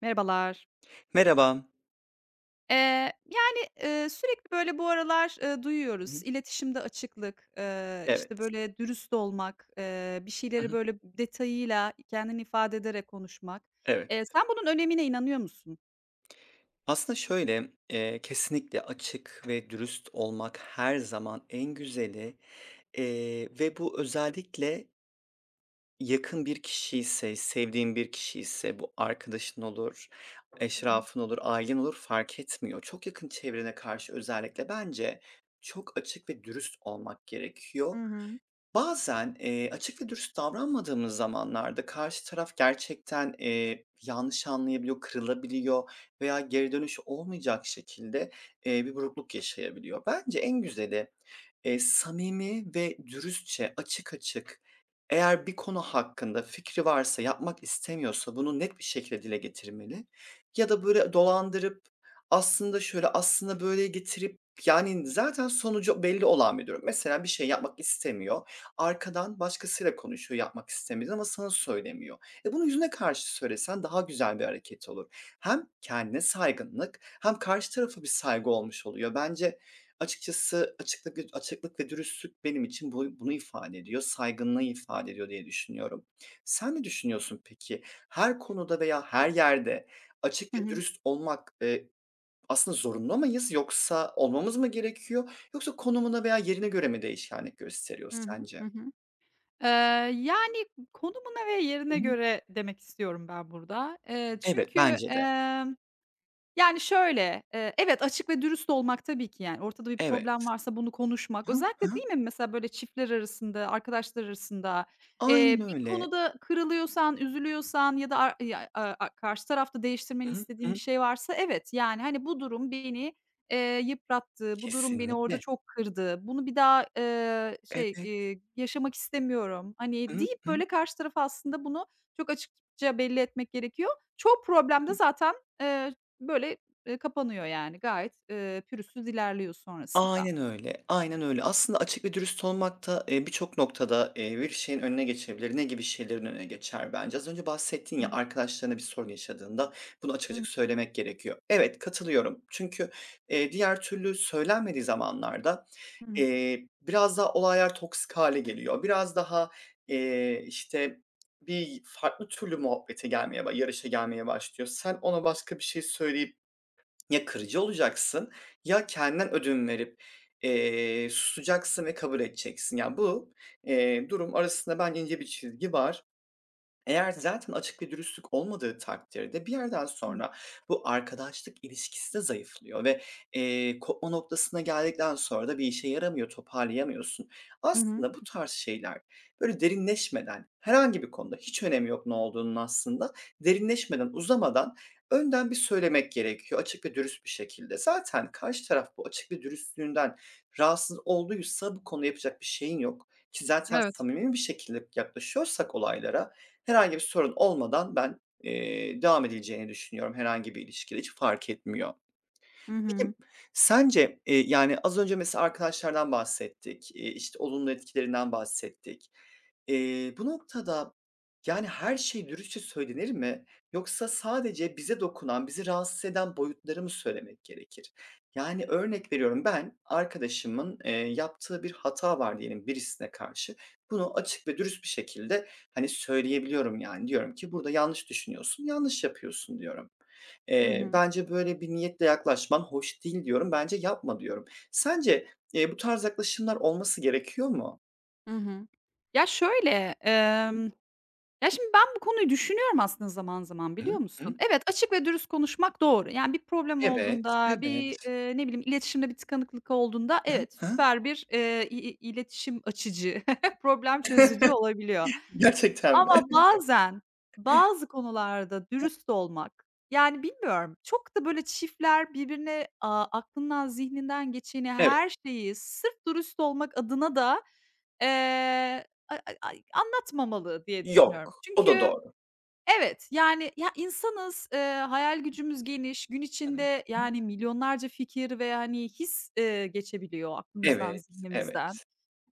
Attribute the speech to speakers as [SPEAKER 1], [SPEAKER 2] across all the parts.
[SPEAKER 1] Merhabalar.
[SPEAKER 2] Merhaba.
[SPEAKER 1] Eee, sürekli, böyle, bu aralar,
[SPEAKER 2] Hı
[SPEAKER 1] duyuyoruz,
[SPEAKER 2] hı.
[SPEAKER 1] iletişimde açıklık, işte,
[SPEAKER 2] Evet.
[SPEAKER 1] böyle, dürüst olmak, bir
[SPEAKER 2] Hı
[SPEAKER 1] şeyleri,
[SPEAKER 2] hı.
[SPEAKER 1] böyle, detayıyla kendini ifade ederek konuşmak.
[SPEAKER 2] Evet.
[SPEAKER 1] Sen bunun önemine inanıyor musun?
[SPEAKER 2] Aslında şöyle, kesinlikle açık ve dürüst olmak her zaman en güzeli, ve bu özellikle yakın bir kişi ise, sevdiğin bir kişi ise, bu arkadaşın olur,
[SPEAKER 1] Hı hı.
[SPEAKER 2] eşrafın olur, ailen olur fark etmiyor. Çok yakın çevrene karşı özellikle bence çok açık ve dürüst olmak gerekiyor.
[SPEAKER 1] Hı hı.
[SPEAKER 2] Bazen, açık ve dürüst davranmadığımız zamanlarda karşı taraf gerçekten, yanlış anlayabiliyor, kırılabiliyor veya geri dönüş olmayacak şekilde, bir burukluk yaşayabiliyor. Bence en güzeli, samimi ve dürüstçe, açık açık eğer bir konu hakkında fikri varsa, yapmak istemiyorsa bunu net bir şekilde dile getirmeli ya da
[SPEAKER 1] Hı hı.
[SPEAKER 2] böyle dolandırıp aslında şöyle, aslında böyle getirip yani zaten sonucu belli olan bir durum. Mesela bir şey yapmak istemiyor. Arkadan başkasıyla konuşuyor, yapmak istemediğini ama sana söylemiyor. Bunu yüzüne karşı söylesen daha güzel bir hareket olur. Hem kendine saygınlık hem karşı tarafa bir saygı olmuş oluyor. Bence açıkçası açıklık ve dürüstlük benim için bunu ifade ediyor, saygınlığı ifade ediyor diye düşünüyorum. Sen ne düşünüyorsun peki? Her konuda veya her yerde
[SPEAKER 1] Hı
[SPEAKER 2] açık ve
[SPEAKER 1] hı.
[SPEAKER 2] dürüst olmak, aslında zorunlu mıyız yoksa olmamız mı gerekiyor? Yoksa konumuna veya yerine göre mi değişkenlik gösteriyor
[SPEAKER 1] Hı hı.
[SPEAKER 2] sence?
[SPEAKER 1] Yani, konumuna ve
[SPEAKER 2] Hı
[SPEAKER 1] yerine
[SPEAKER 2] hı.
[SPEAKER 1] göre demek istiyorum ben burada.
[SPEAKER 2] Evet,
[SPEAKER 1] Çünkü,
[SPEAKER 2] bence de.
[SPEAKER 1] yani, şöyle, evet, açık ve dürüst olmak tabii ki, yani, ortada bir problem
[SPEAKER 2] Evet.
[SPEAKER 1] varsa bunu konuşmak.
[SPEAKER 2] Hı
[SPEAKER 1] Özellikle
[SPEAKER 2] hı.
[SPEAKER 1] değil mi mesela böyle çiftler arasında, arkadaşlar arasında,
[SPEAKER 2] Aynen
[SPEAKER 1] bir
[SPEAKER 2] öyle.
[SPEAKER 1] konuda kırılıyorsan, üzülüyorsan ya da ar ya, a a karşı tarafta değiştirmeni
[SPEAKER 2] Hı
[SPEAKER 1] istediğin bir
[SPEAKER 2] hı.
[SPEAKER 1] şey varsa evet, yani, hani, bu durum beni, yıprattı, bu durum beni orada
[SPEAKER 2] Kesinlikle.
[SPEAKER 1] çok kırdı, bunu bir daha,
[SPEAKER 2] Evet.
[SPEAKER 1] yaşamak istemiyorum, hani,
[SPEAKER 2] Hı
[SPEAKER 1] deyip
[SPEAKER 2] hı.
[SPEAKER 1] böyle karşı tarafa aslında bunu çok açıkça belli etmek gerekiyor. Çoğu problemde zaten, böyle, kapanıyor yani gayet, pürüzsüz ilerliyor sonrasında.
[SPEAKER 2] Aynen öyle, aynen öyle. Aslında açık ve dürüst olmak da, birçok noktada, bir şeyin önüne geçebilir. Ne gibi şeylerin önüne geçer bence? Az önce bahsettin
[SPEAKER 1] Hı
[SPEAKER 2] ya,
[SPEAKER 1] hı.
[SPEAKER 2] arkadaşlarına bir sorun yaşadığında bunu açık açık
[SPEAKER 1] Hı
[SPEAKER 2] söylemek gerekiyor. Evet, katılıyorum. Çünkü, diğer türlü söylenmediği zamanlarda,
[SPEAKER 1] hı.
[SPEAKER 2] biraz daha olaylar toksik hale geliyor. Biraz daha, işte, bir farklı türlü muhabbete gelmeye yarışa gelmeye başlıyor. Sen ona başka bir şey söyleyip ya kırıcı olacaksın ya kendinden ödün verip, susacaksın ve kabul edeceksin. Ya, bu, durum arasında bence ince bir çizgi var. Eğer zaten açık ve dürüstlük olmadığı takdirde bir yerden
[SPEAKER 1] Hı.
[SPEAKER 2] sonra bu arkadaşlık ilişkisi de zayıflıyor ve, kopma noktasına geldikten sonra da bir işe yaramıyor, toparlayamıyorsun.
[SPEAKER 1] Hı.
[SPEAKER 2] Aslında bu tarz şeyler, böyle, derinleşmeden, herhangi bir konuda, hiç önemi yok ne olduğunun aslında, derinleşmeden, uzamadan önden bir söylemek gerekiyor açık ve dürüst bir şekilde. Zaten karşı taraf bu açık ve dürüstlüğünden rahatsız olduysa bu konuda yapacak bir şeyin yok ki zaten
[SPEAKER 1] Evet.
[SPEAKER 2] samimi bir şekilde yaklaşıyorsak olaylara. Herhangi bir sorun olmadan ben, devam edileceğini düşünüyorum herhangi bir ilişkide, hiç fark etmiyor.
[SPEAKER 1] Hı
[SPEAKER 2] Peki,
[SPEAKER 1] hı.
[SPEAKER 2] sence, yani, az önce mesela arkadaşlardan bahsettik, işte, olumlu etkilerinden bahsettik. Bu noktada, yani, her şey dürüstçe söylenir mi yoksa sadece bize dokunan, bizi rahatsız eden boyutları mı söylemek gerekir? Yani, örnek veriyorum, ben arkadaşımın, yaptığı bir hata var diyelim birisine karşı. Bunu açık ve dürüst bir şekilde, hani, söyleyebiliyorum, yani. Diyorum ki, "Burada yanlış düşünüyorsun, yanlış yapıyorsun." diyorum.
[SPEAKER 1] Hı hı.
[SPEAKER 2] "Bence böyle bir niyetle yaklaşman hoş değil." diyorum. "Bence yapma." diyorum. Sence, bu tarz yaklaşımlar olması gerekiyor mu?
[SPEAKER 1] Hı hı. Ya, şöyle,
[SPEAKER 2] Hı
[SPEAKER 1] emm, ya, şimdi ben bu konuyu düşünüyorum aslında zaman zaman, biliyor
[SPEAKER 2] hı, hı.
[SPEAKER 1] musun? Evet, açık ve dürüst konuşmak doğru. Yani bir problem
[SPEAKER 2] Evet,
[SPEAKER 1] olduğunda, bir,
[SPEAKER 2] evet.
[SPEAKER 1] ne bileyim, iletişimde bir tıkanıklık olduğunda
[SPEAKER 2] Hı
[SPEAKER 1] evet,
[SPEAKER 2] hı.
[SPEAKER 1] süper bir, i i iletişim açıcı, problem çözücü olabiliyor.
[SPEAKER 2] Gerçekten mi?
[SPEAKER 1] Ama bazen, bazı konularda dürüst olmak, yani bilmiyorum, çok da böyle çiftler birbirine, aklından zihninden geçeni,
[SPEAKER 2] Evet.
[SPEAKER 1] her şeyi sırf dürüst olmak adına da, a a ay anlatmamalı diye düşünüyorum.
[SPEAKER 2] Yok, o da
[SPEAKER 1] Çünkü
[SPEAKER 2] doğru.
[SPEAKER 1] evet, yani, ya, insanız, hayal gücümüz geniş, gün
[SPEAKER 2] Hı hı.
[SPEAKER 1] içinde, yani, milyonlarca fikir ve, hani, his, geçebiliyor aklımızdan,
[SPEAKER 2] Evet,
[SPEAKER 1] zihnimizden.
[SPEAKER 2] evet.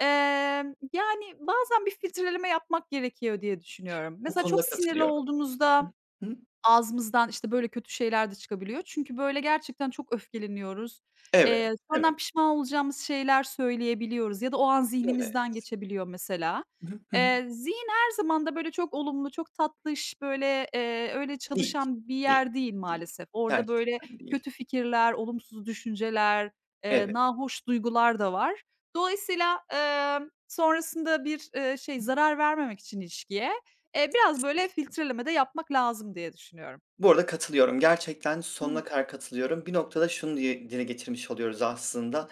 [SPEAKER 1] Yani, bazen bir filtreleme yapmak gerekiyor diye düşünüyorum.
[SPEAKER 2] Bu
[SPEAKER 1] Mesela çok
[SPEAKER 2] konuda
[SPEAKER 1] sinirli
[SPEAKER 2] katılıyorum.
[SPEAKER 1] olduğunuzda,
[SPEAKER 2] Hı hı.
[SPEAKER 1] ağzımızdan, işte, böyle kötü şeyler de çıkabiliyor. Çünkü, böyle, gerçekten çok öfkeleniyoruz.
[SPEAKER 2] Evet,
[SPEAKER 1] Sonradan
[SPEAKER 2] evet,
[SPEAKER 1] pişman olacağımız şeyler söyleyebiliyoruz ya da o an zihnimizden
[SPEAKER 2] evet.
[SPEAKER 1] geçebiliyor mesela.
[SPEAKER 2] Hı hı.
[SPEAKER 1] Zihin her zaman da, böyle, çok olumlu, çok tatlış, böyle, öyle
[SPEAKER 2] Değil,
[SPEAKER 1] çalışan bir
[SPEAKER 2] değil,
[SPEAKER 1] yer değil
[SPEAKER 2] değil.
[SPEAKER 1] maalesef. Orada, böyle,
[SPEAKER 2] Gerçekten değil.
[SPEAKER 1] kötü fikirler, olumsuz düşünceler,
[SPEAKER 2] Evet.
[SPEAKER 1] nahoş duygular da var. Dolayısıyla, sonrasında bir,
[SPEAKER 2] Hı.
[SPEAKER 1] zarar vermemek için ilişkiye biraz böyle
[SPEAKER 2] Kesinlikle.
[SPEAKER 1] filtreleme de yapmak lazım diye düşünüyorum.
[SPEAKER 2] Bu arada katılıyorum. Gerçekten sonuna
[SPEAKER 1] Hıı.
[SPEAKER 2] kadar katılıyorum. Bir noktada şunu diye dile getirmiş oluyoruz aslında,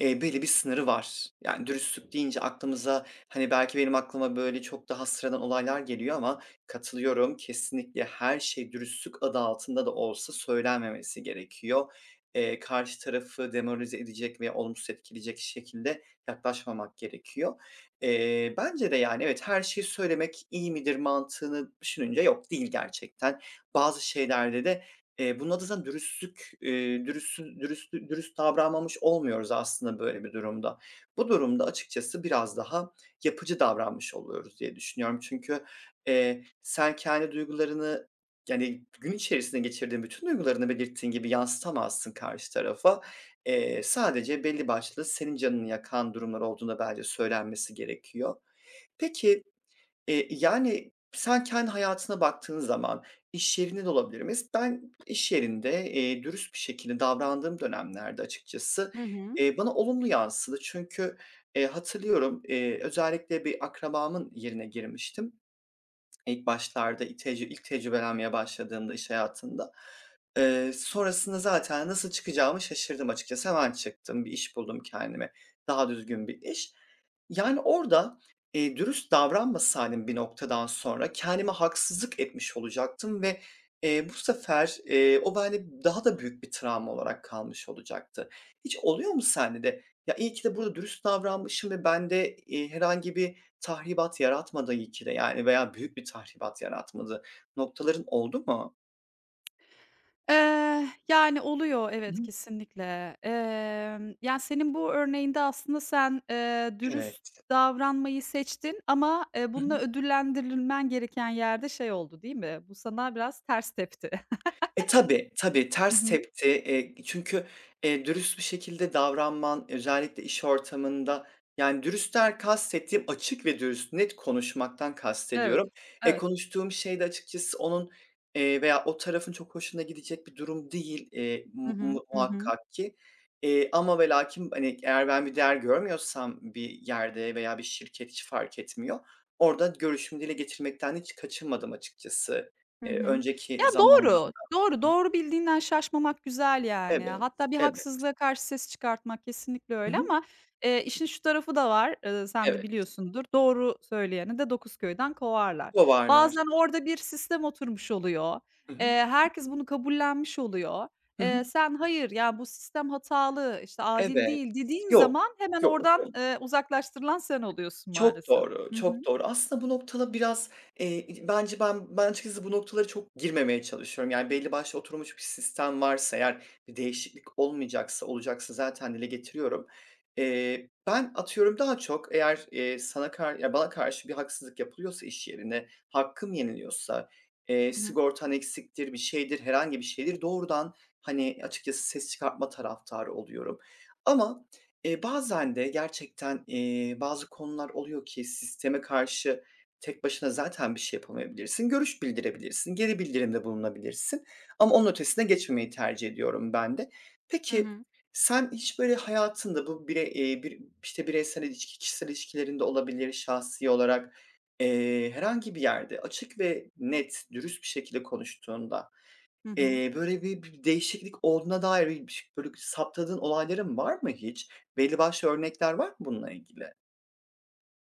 [SPEAKER 2] belli bir sınırı var. Yani dürüstlük deyince aklımıza, hani, belki benim aklıma böyle çok daha sıradan olaylar geliyor ama katılıyorum, kesinlikle her şey dürüstlük adı altında da olsa söylenmemesi gerekiyor. Karşı tarafı demoralize edecek veya olumsuz etkileyecek şekilde yaklaşmamak gerekiyor. Bence de, yani, evet, her şeyi söylemek iyi midir mantığını düşününce yok, değil gerçekten. Bazı şeylerde de, bunun adı zaten dürüstlük, dürüst davranmamış olmuyoruz aslında böyle bir durumda. Bu durumda açıkçası biraz daha yapıcı davranmış oluyoruz diye düşünüyorum. Çünkü, sen kendi duygularını, yani, gün içerisinde geçirdiğin bütün duygularını belirttiğin gibi yansıtamazsın karşı tarafa. Sadece belli başlı senin canını yakan durumlar olduğunda bence söylenmesi gerekiyor. Peki. Yani, sen kendi hayatına baktığın zaman, iş yerinde de olabilir. Ben iş yerinde, dürüst bir şekilde davrandığım dönemlerde açıkçası,
[SPEAKER 1] Hı hı.
[SPEAKER 2] bana olumlu yansıdı. Çünkü, hatırlıyorum, özellikle bir akrabamın yerine girmiştim. İlk başlarda ilk tecrübelenmeye başladığımda iş hayatında. Sonrasında zaten nasıl çıkacağımı şaşırdım açıkçası. Hemen çıktım, bir iş buldum kendime. Daha düzgün bir iş. Yani orada, dürüst davranmasaydım bir noktadan sonra kendime haksızlık etmiş olacaktım ve, bu sefer, o bende daha da büyük bir travma olarak kalmış olacaktı. Hiç oluyor mu sende de? "Ya, iyi ki de burada dürüst davranmışım ve bende, herhangi bir, tahribat yaratmadı iyi ki de yani veya büyük bir tahribat yaratmadı." Noktaların oldu mu?
[SPEAKER 1] Yani, oluyor
[SPEAKER 2] Hı
[SPEAKER 1] evet,
[SPEAKER 2] hı.
[SPEAKER 1] kesinlikle. Ya, senin bu örneğinde aslında sen, dürüst
[SPEAKER 2] Evet.
[SPEAKER 1] davranmayı seçtin ama,
[SPEAKER 2] Hı
[SPEAKER 1] bununla
[SPEAKER 2] hı.
[SPEAKER 1] ödüllendirilmen gereken yerde şey oldu, değil mi? Bu sana biraz ters tepti.
[SPEAKER 2] Tabii, tabii,
[SPEAKER 1] Hı
[SPEAKER 2] ters
[SPEAKER 1] hı.
[SPEAKER 2] tepti. Çünkü, dürüst bir şekilde davranman, özellikle iş ortamında, yani, dürüstten kastettiğim açık ve dürüst, net konuşmaktan kastediyorum.
[SPEAKER 1] Evet, evet.
[SPEAKER 2] Konuştuğum şey de açıkçası onun, veya o tarafın çok hoşuna gidecek bir durum değil,
[SPEAKER 1] Hı
[SPEAKER 2] mu
[SPEAKER 1] hı.
[SPEAKER 2] mu
[SPEAKER 1] Hı hı.
[SPEAKER 2] muhakkak ki. Ama ve lakin, hani, eğer ben bir değer görmüyorsam bir yerde veya bir şirket hiç fark etmiyor. Orada görüşümü dile getirmekten hiç kaçınmadım açıkçası,
[SPEAKER 1] Hı hı. Ya,
[SPEAKER 2] önceki
[SPEAKER 1] doğru,
[SPEAKER 2] zamanlarda.
[SPEAKER 1] doğru, doğru bildiğinden şaşmamak güzel yani.
[SPEAKER 2] Evet,
[SPEAKER 1] Hatta bir
[SPEAKER 2] evet.
[SPEAKER 1] haksızlığa karşı ses çıkartmak kesinlikle
[SPEAKER 2] Hı
[SPEAKER 1] öyle
[SPEAKER 2] hı.
[SPEAKER 1] ama, işin şu tarafı da var, sen de
[SPEAKER 2] Evet,
[SPEAKER 1] biliyorsundur, doğru söyleyeni de dokuz köyden kovarlar.
[SPEAKER 2] varlar.
[SPEAKER 1] Bazen orada bir sistem oturmuş oluyor,
[SPEAKER 2] Hı hı.
[SPEAKER 1] herkes bunu kabullenmiş oluyor.
[SPEAKER 2] Hı hı.
[SPEAKER 1] Sen hayır, ya, bu sistem hatalı, işte, adil
[SPEAKER 2] Evet.
[SPEAKER 1] değil dediğin
[SPEAKER 2] Yok,
[SPEAKER 1] zaman hemen
[SPEAKER 2] yok.
[SPEAKER 1] oradan,
[SPEAKER 2] O.
[SPEAKER 1] uzaklaştırılan sen oluyorsun
[SPEAKER 2] Çok
[SPEAKER 1] maalesef.
[SPEAKER 2] doğru,
[SPEAKER 1] Hı
[SPEAKER 2] çok
[SPEAKER 1] hı.
[SPEAKER 2] doğru. Aslında bu noktada biraz, eee, bence ben açıkçası bu noktalara çok girmemeye çalışıyorum. Yani belli başlı oturmuş bir sistem varsa eğer bir değişiklik olmayacaksa, olacaksa zaten dile getiriyorum. Ben atıyorum daha çok eğer, bana karşı bir haksızlık yapılıyorsa iş yerine, hakkım yeniliyorsa,
[SPEAKER 1] Hı hı.
[SPEAKER 2] sigortan eksiktir, bir şeydir, herhangi bir şeydir, doğrudan, hani, açıkçası ses çıkartma taraftarı oluyorum. Ama bazen de gerçekten, bazı konular oluyor ki sisteme karşı tek başına zaten bir şey yapamayabilirsin. Görüş bildirebilirsin, geri bildirimde bulunabilirsin ama onun ötesine geçmemeyi tercih ediyorum ben de.
[SPEAKER 1] Hı
[SPEAKER 2] Peki,
[SPEAKER 1] hı.
[SPEAKER 2] sen hiç böyle hayatında bu bir işte, bireysel ilişki, kişisel ilişkilerinde olabilir, şahsi olarak, herhangi bir yerde açık ve net, dürüst bir şekilde konuştuğunda
[SPEAKER 1] Hı hı.
[SPEAKER 2] Böyle bir değişiklik olduğuna dair bir ş böyle saptadığın olayların var mı hiç? Belli başlı örnekler var mı bununla ilgili?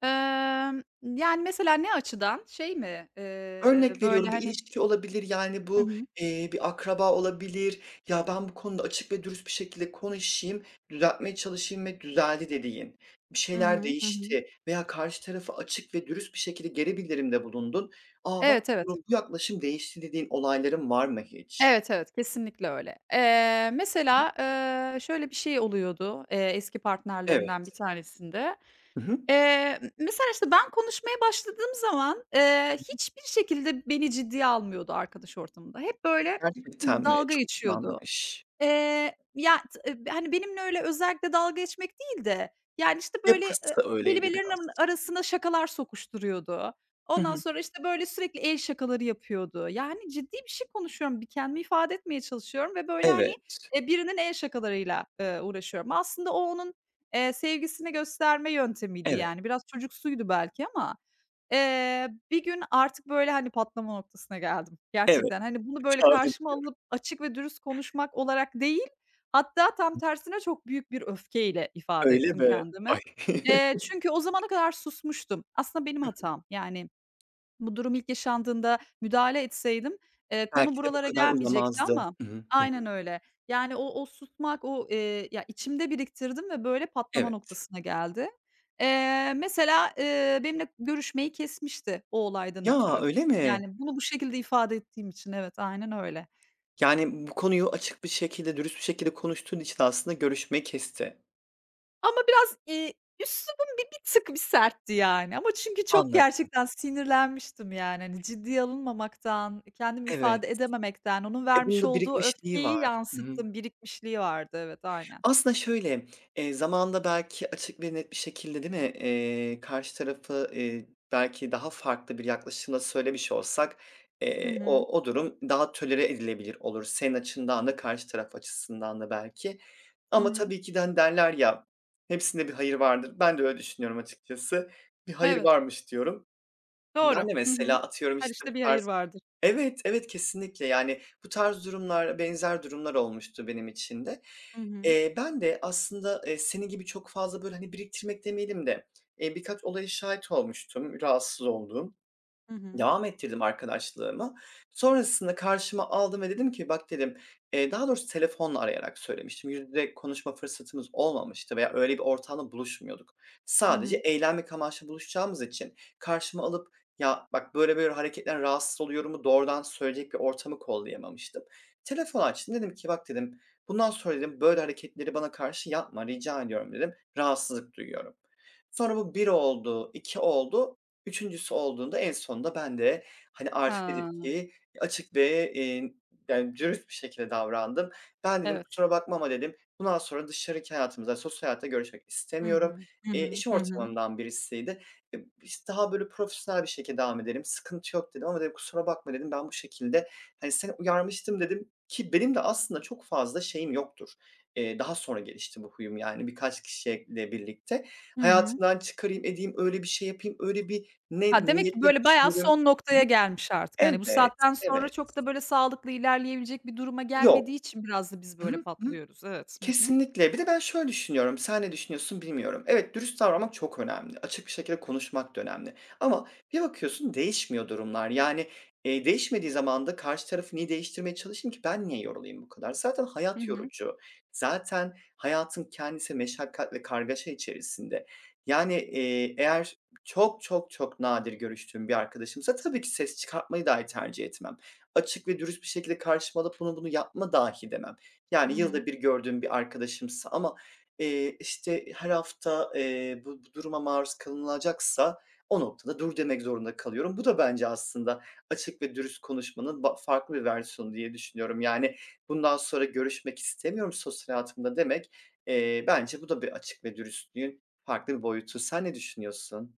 [SPEAKER 1] Yani, mesela ne açıdan? Şey mi?
[SPEAKER 2] Örnek
[SPEAKER 1] Böyle,
[SPEAKER 2] veriyorum, bir
[SPEAKER 1] hani.
[SPEAKER 2] ilişki olabilir, yani,
[SPEAKER 1] Hı
[SPEAKER 2] bu,
[SPEAKER 1] hı.
[SPEAKER 2] bir akraba olabilir. "Ya, ben bu konuda açık ve dürüst bir şekilde konuşayım, düzeltmeye çalışayım ve düzeldi." dediğin, bir
[SPEAKER 1] Hı
[SPEAKER 2] şeyler
[SPEAKER 1] hı. Hı hı.
[SPEAKER 2] değişti veya karşı tarafı açık ve dürüst bir şekilde geri bildirimde bulundun. "A, bak
[SPEAKER 1] Evet,
[SPEAKER 2] bu
[SPEAKER 1] evet.
[SPEAKER 2] bu yaklaşım değişti." dediğin olayların var mı hiç?
[SPEAKER 1] Evet, evet, kesinlikle öyle. Şöyle bir şey oluyordu, eski partnerlerimden bir
[SPEAKER 2] Evet.
[SPEAKER 1] tanesinde.
[SPEAKER 2] Hı hı.
[SPEAKER 1] M mesela, işte, ben konuşmaya başladığım zaman, hiçbir şekilde beni ciddiye almıyordu arkadaş ortamında. Hep böyle
[SPEAKER 2] Gerçekten mi?
[SPEAKER 1] dalga
[SPEAKER 2] Çok
[SPEAKER 1] geçiyordu.
[SPEAKER 2] yanlış.
[SPEAKER 1] Ya, t hani, benimle öyle özellikle dalga geçmek değil de, yani, işte, böyle,
[SPEAKER 2] Yapısı öyleydi
[SPEAKER 1] kelimelerin
[SPEAKER 2] biraz.
[SPEAKER 1] arın arasına şakalar sokuşturuyordu.
[SPEAKER 2] Hı
[SPEAKER 1] Ondan
[SPEAKER 2] hı.
[SPEAKER 1] sonra, işte, böyle, sürekli el şakaları yapıyordu. Yani, ciddi bir şey konuşuyorum, bir kendimi ifade etmeye çalışıyorum ve, böyle, hani,
[SPEAKER 2] Evet,
[SPEAKER 1] birinin el şakalarıyla, uğraşıyorum. Aslında onun, sevgisini gösterme yöntemiydi,
[SPEAKER 2] evet,
[SPEAKER 1] yani. Biraz çocuksuydu belki ama bir gün artık, böyle, hani, patlama noktasına geldim
[SPEAKER 2] evet.
[SPEAKER 1] gerçekten. Hani, bunu, böyle,
[SPEAKER 2] Tabii.
[SPEAKER 1] karşıma alıp açık ve dürüst konuşmak olarak değil, hatta tam tersine çok büyük bir öfkeyle ifade
[SPEAKER 2] Öyle
[SPEAKER 1] ettim
[SPEAKER 2] mi?
[SPEAKER 1] kendime.
[SPEAKER 2] Ay.
[SPEAKER 1] Çünkü o zamana kadar susmuştum. Aslında benim hatam. Yani, bu durum ilk yaşandığında müdahale etseydim, konu
[SPEAKER 2] Belki de bu
[SPEAKER 1] buralara
[SPEAKER 2] kadar
[SPEAKER 1] gelmeyecekti
[SPEAKER 2] uzamazdı.
[SPEAKER 1] ama
[SPEAKER 2] Hı. Hı
[SPEAKER 1] aynen
[SPEAKER 2] hı.
[SPEAKER 1] öyle. Yani o o susmak, o, ya, içimde biriktirdim ve böyle patlama
[SPEAKER 2] Evet.
[SPEAKER 1] noktasına geldi. Benimle görüşmeyi kesmişti o olaydan
[SPEAKER 2] Ya,
[SPEAKER 1] ötürü.
[SPEAKER 2] öyle mi?
[SPEAKER 1] Yani bunu bu şekilde ifade ettiğim için evet, aynen öyle.
[SPEAKER 2] Yani, bu konuyu açık bir şekilde, dürüst bir şekilde konuştuğun için aslında görüşmeyi kesti.
[SPEAKER 1] Ama biraz, üslubum bir bir tık bir sertti yani ama çünkü çok
[SPEAKER 2] Anladım.
[SPEAKER 1] gerçekten sinirlenmiştim yani. Hani, ciddiye alınmamaktan, kendimi
[SPEAKER 2] Evet.
[SPEAKER 1] ifade edememekten, onun
[SPEAKER 2] Bunun
[SPEAKER 1] vermiş
[SPEAKER 2] da
[SPEAKER 1] olduğu
[SPEAKER 2] birikmişliği
[SPEAKER 1] öfkeyi
[SPEAKER 2] var. Hı hı.
[SPEAKER 1] yansıttım, birikmişliği vardı. Evet, aynen.
[SPEAKER 2] Aslında şöyle, zamanında belki açık ve net bir şekilde, değil mi, karşı tarafı, belki daha farklı bir yaklaşımla söylemiş olsak,
[SPEAKER 1] Hı hı.
[SPEAKER 2] o durum daha tolere edilebilir olur. Senin açından da karşı taraf açısından da belki.
[SPEAKER 1] Hı
[SPEAKER 2] Ama
[SPEAKER 1] hı.
[SPEAKER 2] tabii ki de, hani, derler ya, hepsinde bir hayır vardır. Ben de öyle düşünüyorum açıkçası. Bir hayır
[SPEAKER 1] Evet,
[SPEAKER 2] varmış diyorum.
[SPEAKER 1] doğru.
[SPEAKER 2] Ben de
[SPEAKER 1] Hı hı.
[SPEAKER 2] mesela atıyorum,
[SPEAKER 1] Her
[SPEAKER 2] işte, bu
[SPEAKER 1] işte bir hayır
[SPEAKER 2] tarz.
[SPEAKER 1] vardır.
[SPEAKER 2] Evet, evet, kesinlikle. Yani, bu tarz durumlar, benzer durumlar olmuştu benim için de.
[SPEAKER 1] Hı hı.
[SPEAKER 2] Ben de aslında, senin gibi çok fazla, böyle, hani, biriktirmek demeyelim de, birkaç olaya şahit olmuştum, rahatsız olduğum.
[SPEAKER 1] Hı hı.
[SPEAKER 2] Devam ettirdim arkadaşlığımı. Sonrasında karşıma aldım ve dedim ki "Bak" dedim, daha doğrusu telefonla arayarak söylemiştim. Yüz yüze konuşma fırsatımız olmamıştı veya öyle bir ortamda buluşmuyorduk.
[SPEAKER 1] Hı
[SPEAKER 2] Sadece
[SPEAKER 1] hı.
[SPEAKER 2] eğlenmek amaçlı buluşacağımız için karşıma alıp "Ya, bak, böyle böyle hareketten rahatsız oluyorum"u doğrudan söyleyecek bir ortamı kollayamamıştım. Telefon açtım, dedim ki "Bak" dedim, "Bundan sonra" dedim, "böyle hareketleri bana karşı yapma, rica ediyorum." dedim. "Rahatsızlık duyuyorum." Sonra bu bir oldu, 2 oldu, üçüncüsü olduğunda en sonunda ben de, hani, artık dedim
[SPEAKER 1] Ha,
[SPEAKER 2] ki açık ve, yani, dürüst bir şekilde davrandım. "Ben" dedim,
[SPEAKER 1] evet.
[SPEAKER 2] "Kusura bakma ama" dedim, "Bundan sonra dışarıki hayatımızda, sosyal hayatta görüşmek
[SPEAKER 1] Hı
[SPEAKER 2] istemiyorum."
[SPEAKER 1] hı. Hı hı.
[SPEAKER 2] İş
[SPEAKER 1] Hı hı.
[SPEAKER 2] ortamından birisiydi. İşte, daha böyle profesyonel bir şekilde "Devam edelim, sıkıntı yok." dedim ama dedim, "Kusura bakma." dedim, "Ben bu şekilde, hani, seni uyarmıştım." dedim ki benim de aslında çok fazla şeyim yoktur. Daha sonra gelişti bu huyum, yani, birkaç kişiyle birlikte.
[SPEAKER 1] Hı hı.
[SPEAKER 2] Hayatımdan çıkarayım edeyim, öyle bir şey yapayım, öyle bir ne
[SPEAKER 1] Ha, demek ki
[SPEAKER 2] niyetle
[SPEAKER 1] böyle bayağı
[SPEAKER 2] düşünürüm.
[SPEAKER 1] son
[SPEAKER 2] Hı hı.
[SPEAKER 1] noktaya gelmiş artık. Hani bu
[SPEAKER 2] Evet,
[SPEAKER 1] saatten sonra
[SPEAKER 2] evet.
[SPEAKER 1] çok da böyle sağlıklı ilerleyebilecek bir duruma
[SPEAKER 2] Yok.
[SPEAKER 1] gelmediği için biraz da biz
[SPEAKER 2] Hı
[SPEAKER 1] böyle
[SPEAKER 2] hı. Hı.
[SPEAKER 1] patlıyoruz. Evet. Hı hı.
[SPEAKER 2] Kesinlikle. Bir de ben şöyle düşünüyorum, sen ne düşünüyorsun bilmiyorum. Evet, dürüst davranmak çok önemli. Açık bir şekilde konuşmak da önemli. Ama bir bakıyorsun değişmiyor durumlar. Yani, değişmediği zaman da karşı tarafı niye değiştirmeye çalışayım ki? Ben niye yorulayım bu kadar? Zaten
[SPEAKER 1] Hı
[SPEAKER 2] hayat
[SPEAKER 1] hı.
[SPEAKER 2] yorucu. Zaten hayatın kendisi meşakkat ve kargaşa içerisinde. Yani, eğer çok, çok, çok nadir görüştüğüm bir arkadaşımsa tabii ki ses çıkartmayı dahi tercih etmem. Açık ve dürüst bir şekilde karşıma alıp "Bunu, bunu yapma." dahi demem.
[SPEAKER 1] Hı
[SPEAKER 2] Yani yılda
[SPEAKER 1] hı.
[SPEAKER 2] bir gördüğüm bir arkadaşımsa ama, işte, her hafta, bu duruma maruz kalınılacaksa o noktada dur demek zorunda kalıyorum. Bu da bence aslında açık ve dürüst konuşmanın farklı bir versiyonu diye düşünüyorum. Yani, "Bundan sonra görüşmek istemiyorum sosyal hayatımda." demek, bence bu da bir açık ve dürüstlüğün farklı bir boyutu. Sen ne düşünüyorsun?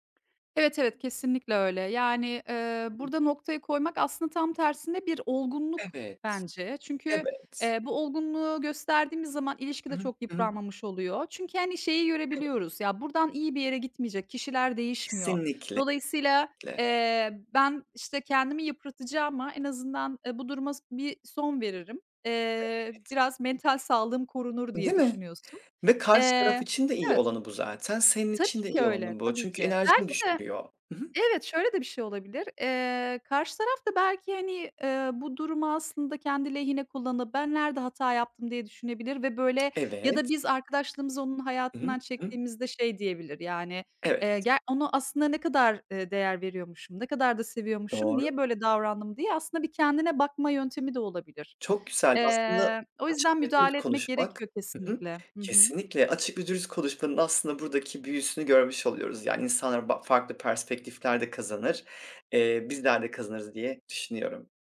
[SPEAKER 1] Evet, evet, kesinlikle öyle. Yani,
[SPEAKER 2] Hı,
[SPEAKER 1] burada noktayı koymak aslında tam tersine bir olgunluk
[SPEAKER 2] evet,
[SPEAKER 1] bence. Çünkü,
[SPEAKER 2] evet.
[SPEAKER 1] bu olgunluğu gösterdiğimiz zaman ilişki
[SPEAKER 2] Hı
[SPEAKER 1] de
[SPEAKER 2] hı,
[SPEAKER 1] çok
[SPEAKER 2] hı hı,
[SPEAKER 1] yıpranmamış oluyor. Çünkü, hani, şeyi
[SPEAKER 2] evet.
[SPEAKER 1] görebiliyoruz, ya, buradan iyi bir yere gitmeyecek, kişiler değişmiyor.
[SPEAKER 2] Kesinlikle.
[SPEAKER 1] Dolayısıyla, ben, işte, kendimi yıpratacağım ama en azından, bu duruma bir son veririm.
[SPEAKER 2] Evet.
[SPEAKER 1] Biraz mental sağlığım korunur diye
[SPEAKER 2] Değil mi?
[SPEAKER 1] düşünüyorsun.
[SPEAKER 2] Ve karşı taraf
[SPEAKER 1] Eee
[SPEAKER 2] için de iyi
[SPEAKER 1] Evet,
[SPEAKER 2] olanı bu zaten. Senin için
[SPEAKER 1] tabii
[SPEAKER 2] de
[SPEAKER 1] ki
[SPEAKER 2] iyi
[SPEAKER 1] öyle,
[SPEAKER 2] olanı bu.
[SPEAKER 1] tabii
[SPEAKER 2] Çünkü
[SPEAKER 1] ki.
[SPEAKER 2] enerjini
[SPEAKER 1] Belki de
[SPEAKER 2] düşürüyor. Hı hı.
[SPEAKER 1] evet, şöyle de bir şey olabilir. Karşı taraf da belki, hani, bu durumu aslında kendi lehine kullanıp "Ben nerede hata yaptım?" diye düşünebilir ve böyle ya da
[SPEAKER 2] Evet.
[SPEAKER 1] biz arkadaşlığımızı onun
[SPEAKER 2] Hı hı.
[SPEAKER 1] hayatından
[SPEAKER 2] Hı hı.
[SPEAKER 1] çektiğimizde şey diyebilir, yani,
[SPEAKER 2] Evet.
[SPEAKER 1] "Ger ona aslında ne kadar, değer veriyormuşum, ne kadar da seviyormuşum,
[SPEAKER 2] Doğru.
[SPEAKER 1] niye böyle davrandım?" diye aslında bir kendine bakma yöntemi de olabilir.
[SPEAKER 2] Çok güzel. Aslında
[SPEAKER 1] O
[SPEAKER 2] açık
[SPEAKER 1] yüzden
[SPEAKER 2] ve dürüst
[SPEAKER 1] müdahale etmek
[SPEAKER 2] konuşmak.
[SPEAKER 1] gerekiyor
[SPEAKER 2] Hı hı.
[SPEAKER 1] kesinlikle. Hı hı.
[SPEAKER 2] Kesinlikle açık ve dürüst konuşmanın aslında buradaki büyüsünü görmüş oluyoruz. Yani insanlar farklı perspektiflerde kazanır, bizler de kazanırız diye düşünüyorum.